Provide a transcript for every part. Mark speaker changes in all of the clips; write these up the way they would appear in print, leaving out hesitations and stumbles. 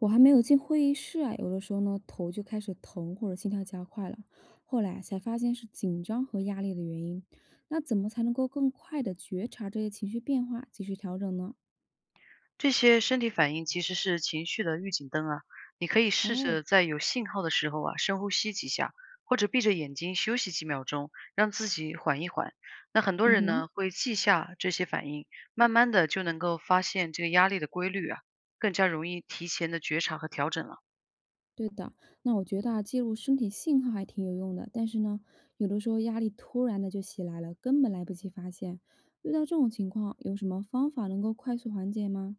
Speaker 1: 我还没有进会议室啊，有的时候呢，头就开始疼或者心跳加快了。后来啊才发现是紧张和压力的原因。那怎么才能够更快的觉察这些情绪变化，及时调整呢？
Speaker 2: 这些身体反应其实是情绪的预警灯啊，你可以试
Speaker 1: 哦。
Speaker 2: 着在有信号的时候啊，深呼吸几下，或者闭着眼睛休息几秒钟，让自己缓一缓。那很多
Speaker 1: 嗯
Speaker 2: 人
Speaker 1: 哼。
Speaker 2: 呢会记下这些反应，慢慢的就能够发现这个压力的规律啊，更加容易提前的觉察和调整了。
Speaker 1: 对的。那我觉得啊，记录身体信号还挺有用的，但是呢，有的时候压力突然的就袭来了，根本来不及发现。遇到这种情况，有什么方法能够快速缓解吗？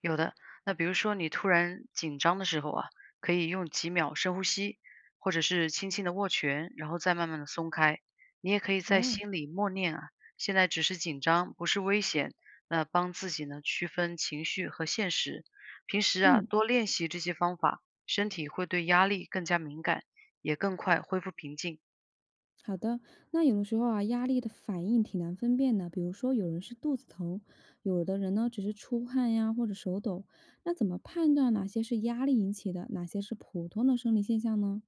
Speaker 2: 有的，那比如说你突然紧张的时候啊，可以用几秒深呼吸，或者是轻轻的握拳，然后再慢慢的松开。你也可以在
Speaker 1: 哦。
Speaker 2: 心里默念啊，现在只是紧张，不是危险。那帮自己呢区分情绪和现实。平时啊
Speaker 1: 嗯。
Speaker 2: 多练习这些方法，身体会对压力更加敏感，也更快恢复平静。
Speaker 1: 好的，那有的时候啊，压力的反应挺难分辨的。比如说，有人是肚子疼，有的人呢只是出汗呀或者手抖。那怎么判断哪些是压力引起的，哪些是普通的生理现象呢？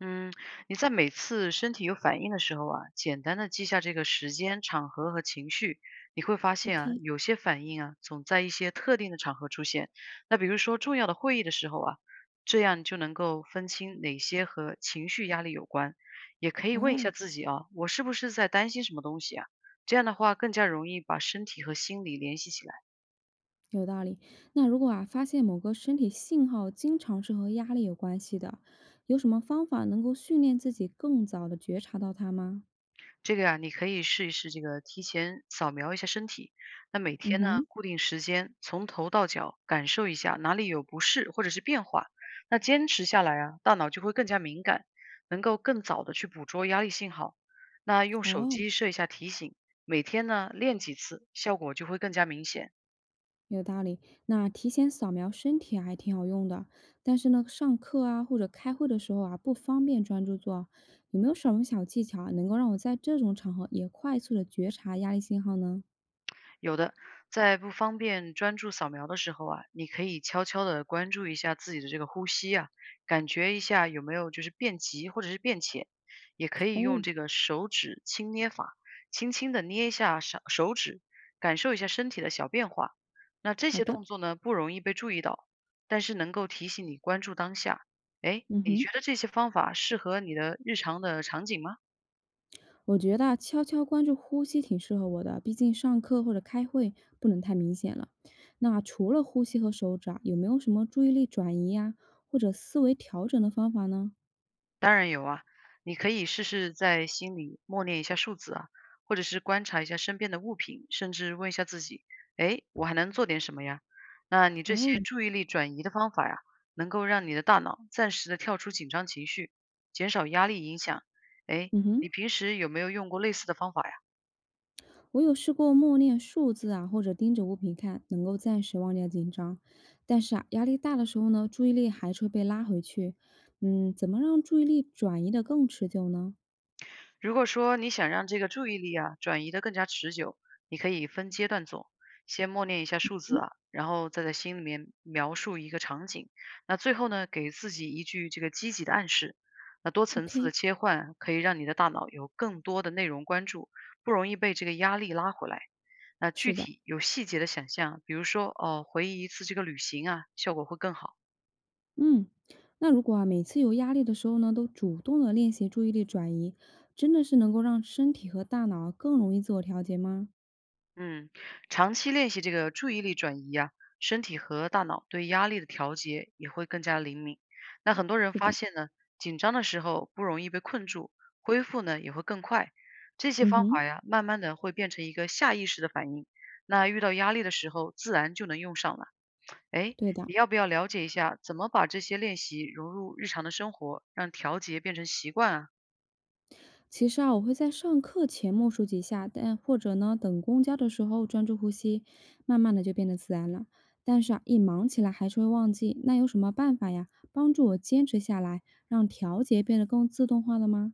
Speaker 2: 嗯，你在每次身体有反应的时候啊，简单的记下这个时间、场合和情绪，你会发现啊，
Speaker 1: ？OK。
Speaker 2: 有些反应啊，总在一些特定的场合出现。那比如说重要的会议的时候啊，这样你就能够分清哪些和情绪压力有关。也可以问一
Speaker 1: 哦。
Speaker 2: 下自己啊，我是不是在担心什么东西啊？这样的话更加容易把身体和心理联系起来。
Speaker 1: 有道理。那如果啊发现某个身体信号经常是和压力有关系的，有什么方法能够训练自己更早的觉察到它吗？
Speaker 2: 这个呀，你可以试一试这个提前扫描一下身体，那每
Speaker 1: 嗯
Speaker 2: 天呢
Speaker 1: 哼。
Speaker 2: 固定时间，从头到脚感受一下哪里有不适或者是变化。那坚持下来啊，大脑就会更加敏感，能够更早的去捕捉压力信号。那用手
Speaker 1: 哦。
Speaker 2: 机设一下提醒，每天呢练几次，效果就会更加明显。
Speaker 1: 有道理，那提前扫描身体啊还挺好用的，但是呢，上课啊或者开会的时候啊不方便专注做啊，有没有什么小技巧啊能够让我在这种场合也快速的觉察压力信号呢？
Speaker 2: 有的，在不方便专注扫描的时候啊，你可以悄悄地关注一下自己的这个呼吸啊，感觉一下有没有就是变急或者是变浅，也可以
Speaker 1: 哦。
Speaker 2: 用这个手指轻捏法，轻轻地捏一下手指，感受一下身体的小变化。那这
Speaker 1: 好
Speaker 2: 些
Speaker 1: 的。
Speaker 2: 动作呢，不容易被注意到，但是能够提醒你关注当下。哎，
Speaker 1: 嗯
Speaker 2: 你
Speaker 1: 哼，
Speaker 2: 觉得这些方法适合你的日常的场景吗？
Speaker 1: 我觉得啊悄悄关注呼吸挺适合我的，毕竟上课或者开会不能太明显了。那除了呼吸和手指啊，有没有什么注意力转移呀、或者思维调整的方法呢？
Speaker 2: 当然有啊，你可以试试在心里默念一下数字啊，或者是观察一下身边的物品，甚至问一下自己，哎，我还能做点什么呀？那你这些
Speaker 1: 哦。
Speaker 2: 注意力转移的方法呀，能够让你的大脑暂时的跳出紧张情绪，减少压力影响。哎，
Speaker 1: 嗯哼。
Speaker 2: 你平时有没有用过类似的方法呀？
Speaker 1: 我有试过默念数字啊，或者盯着物品看，能够暂时忘掉紧张。但是啊，压力大的时候呢，注意力还是会被拉回去。嗯，怎么让注意力转移的更持久呢？
Speaker 2: 如果说你想让这个注意力啊转移的更加持久，你可以分阶段做，先默念一下数字
Speaker 1: 嗯，
Speaker 2: 啊，然后再在心里面描述一个场景。那最后呢，给自己一句这个积极的暗示。那多层次的
Speaker 1: ？OK。
Speaker 2: 切换可以让你的大脑有更多的内容关注，不容易被这个压力拉回来。那具
Speaker 1: 是的。
Speaker 2: 体有细节的想象，比如说哦，回忆一次这个旅行啊，效果会更好。
Speaker 1: 嗯，那如果啊，每次有压力的时候呢，都主动的练习注意力转移，真的是能够让身体和大脑啊更容易自我调节吗？
Speaker 2: 嗯，长期练习这个注意力转移啊，身体和大脑对压力的调节也会更加灵敏。那很多人
Speaker 1: 是
Speaker 2: 发
Speaker 1: 的。
Speaker 2: 现呢，紧张的时候不容易被困住，恢复呢也会更快。这些
Speaker 1: 嗯
Speaker 2: 方法
Speaker 1: 哼。
Speaker 2: 呀，慢慢的会变成一个下意识的反应。那遇到压力的时候，自然就能用上了。哎，
Speaker 1: 对的。
Speaker 2: 你要不要了解一下怎么把这些练习融入日常的生活，让调节变成习惯啊？
Speaker 1: 其实啊，我会在上课前默数几下，但或者呢，等公交的时候专注呼吸，慢慢的就变得自然了。但是啊，一忙起来还是会忘记，那有什么办法呀？帮助我坚持下来，让调节变得更自动化了吗？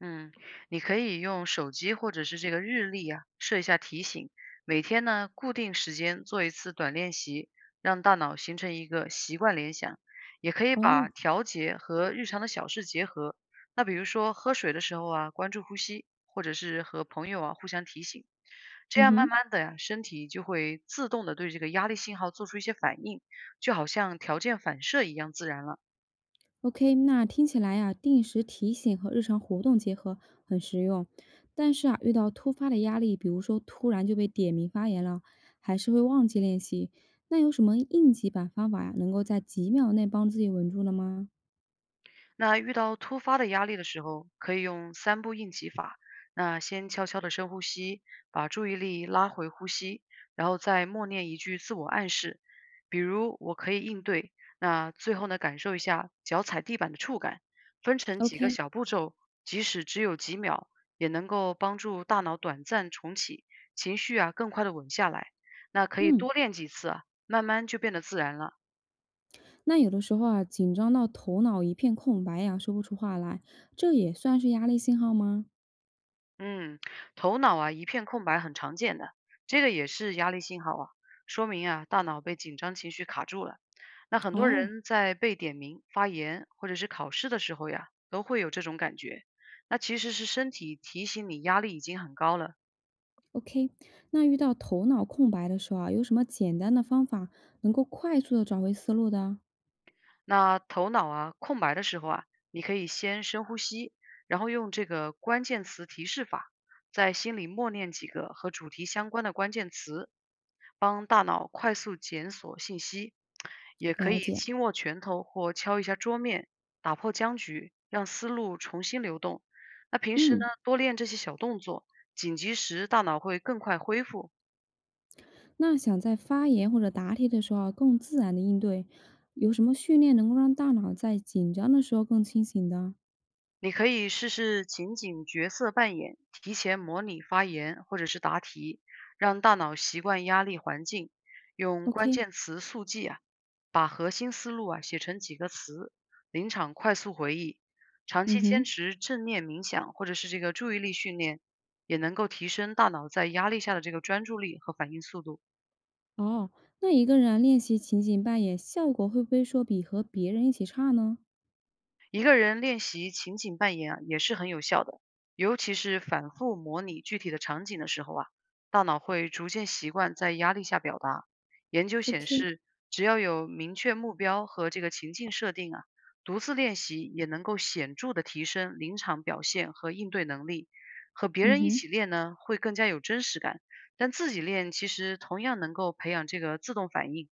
Speaker 2: 嗯，你可以用手机或者是这个日历啊，设一下提醒，每天呢固定时间做一次短练习，让大脑形成一个习惯联想。也可以把
Speaker 1: 哦。
Speaker 2: 调节和日常的小事结合，那比如说喝水的时候啊，关注呼吸，或者是和朋友啊互相提醒，这
Speaker 1: 嗯
Speaker 2: 样慢
Speaker 1: 哼。
Speaker 2: 慢的呀，身体就会自动的对这个压力信号做出一些反应，就好像条件反射一样自然了。
Speaker 1: OK，那听起来呀、定时提醒和日常活动结合很实用。但是啊，遇到突发的压力，比如说突然就被点名发言了，还是会忘记练习。那有什么应急版方法呀、能够在几秒内帮自己稳住了吗
Speaker 2: 那遇到突发的压力的时候，可以用三步应急法。那先悄悄的深呼吸，把注意力拉回呼吸，然后再默念一句自我暗示，比如“我可以应对”。那最后呢，感受一下脚踩地板的触感，分成几个
Speaker 1: ？OK。
Speaker 2: 小步骤，即使只有几秒，也能够帮助大脑短暂重启，情绪啊更快的稳下来。那可以
Speaker 1: 嗯，
Speaker 2: 多练几次啊，慢慢就变得自然了。
Speaker 1: 那有的时候啊，紧张到头脑一片空白呀、说不出话来，这也算是压力信号吗？
Speaker 2: 嗯，头脑啊一片空白很常见的，这个也是压力信号啊，说明啊大脑被紧张情绪卡住了。那很多
Speaker 1: 哦
Speaker 2: 人在被点名、发言或者是考试的时候呀，都会有这种感觉。那其实是身体提醒你压力已经很高了，
Speaker 1: ，OK，那遇到头脑空白的时候啊，有什么简单的方法能够快速的找回思路的？
Speaker 2: 那头脑啊空白的时候啊，你可以先深呼吸，然后用这个关键词提示法，在心里默念几个和主题相关的关键词，帮大脑快速检索信息。也可以
Speaker 1: 了解。
Speaker 2: 轻握拳头或敲一下桌面，打破僵局，让思路重新流动。那平时呢，
Speaker 1: 嗯，
Speaker 2: 多练这些小动作，紧急时大脑会更快恢复。
Speaker 1: 那想在发言或者答题的时候啊更自然的应对，有什么训练能够让大脑在紧张的时候更清醒的
Speaker 2: 你可以试试情景角色扮演，提前模拟发言或者是答题，让大脑习惯压力环境，用关
Speaker 1: ？OK。
Speaker 2: 键词速记啊，把核心思路啊写成几个词，临场快速回忆。长
Speaker 1: 嗯
Speaker 2: 期坚
Speaker 1: 哼。
Speaker 2: 持正念冥想或者是这个注意力训练，也能够提升大脑在压力下的这个专注力和反应速度。
Speaker 1: 哦，那一个人啊练习情景扮演，效果会不会说比和别人一起差呢
Speaker 2: 一个人练习情景扮演啊，也是很有效的，尤其是反复模拟具体的场景的时候啊，大脑会逐渐习惯在压力下表达。研究显
Speaker 1: ？OK。
Speaker 2: 示，只要有明确目标和这个情境设定啊，独自练习也能够显著的提升临场表现和应对能力。和别
Speaker 1: 嗯
Speaker 2: 人一
Speaker 1: 哼，
Speaker 2: 起练呢，会更加有真实感，但自己练其实同样能够培养这个自动反应。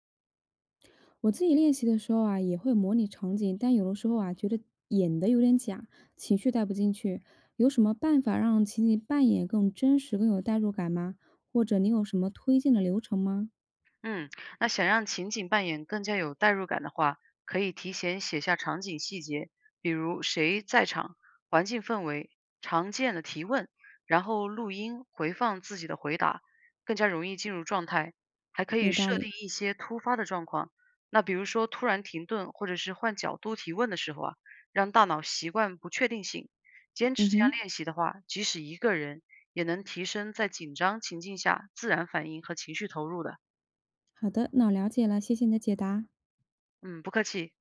Speaker 1: 我自己练习的时候啊也会模拟场景，但有的时候啊觉得演的有点假，情绪带不进去，有什么办法让情景扮演更真实、更有代入感吗？或者你有什么推荐的流程吗？
Speaker 2: 嗯，那想让情景扮演更加有代入感的话，可以提前写下场景细节，比如谁在场、环境氛围、常见的提问，然后录音回放自己的回答，更加容易进入状态。还可
Speaker 1: 有
Speaker 2: 以
Speaker 1: 道
Speaker 2: 设
Speaker 1: 理。
Speaker 2: 定一些突发的状况，那比如说突然停顿或者是换角度提问的时候啊，让大脑习惯不确定性。坚持
Speaker 1: 嗯
Speaker 2: 这样
Speaker 1: 哼。
Speaker 2: 练习的话，即使一个人也能提升在紧张情境下自然反应和情绪投入的。
Speaker 1: 好的，那我了解了，谢谢你的解答。
Speaker 2: 嗯，不客气。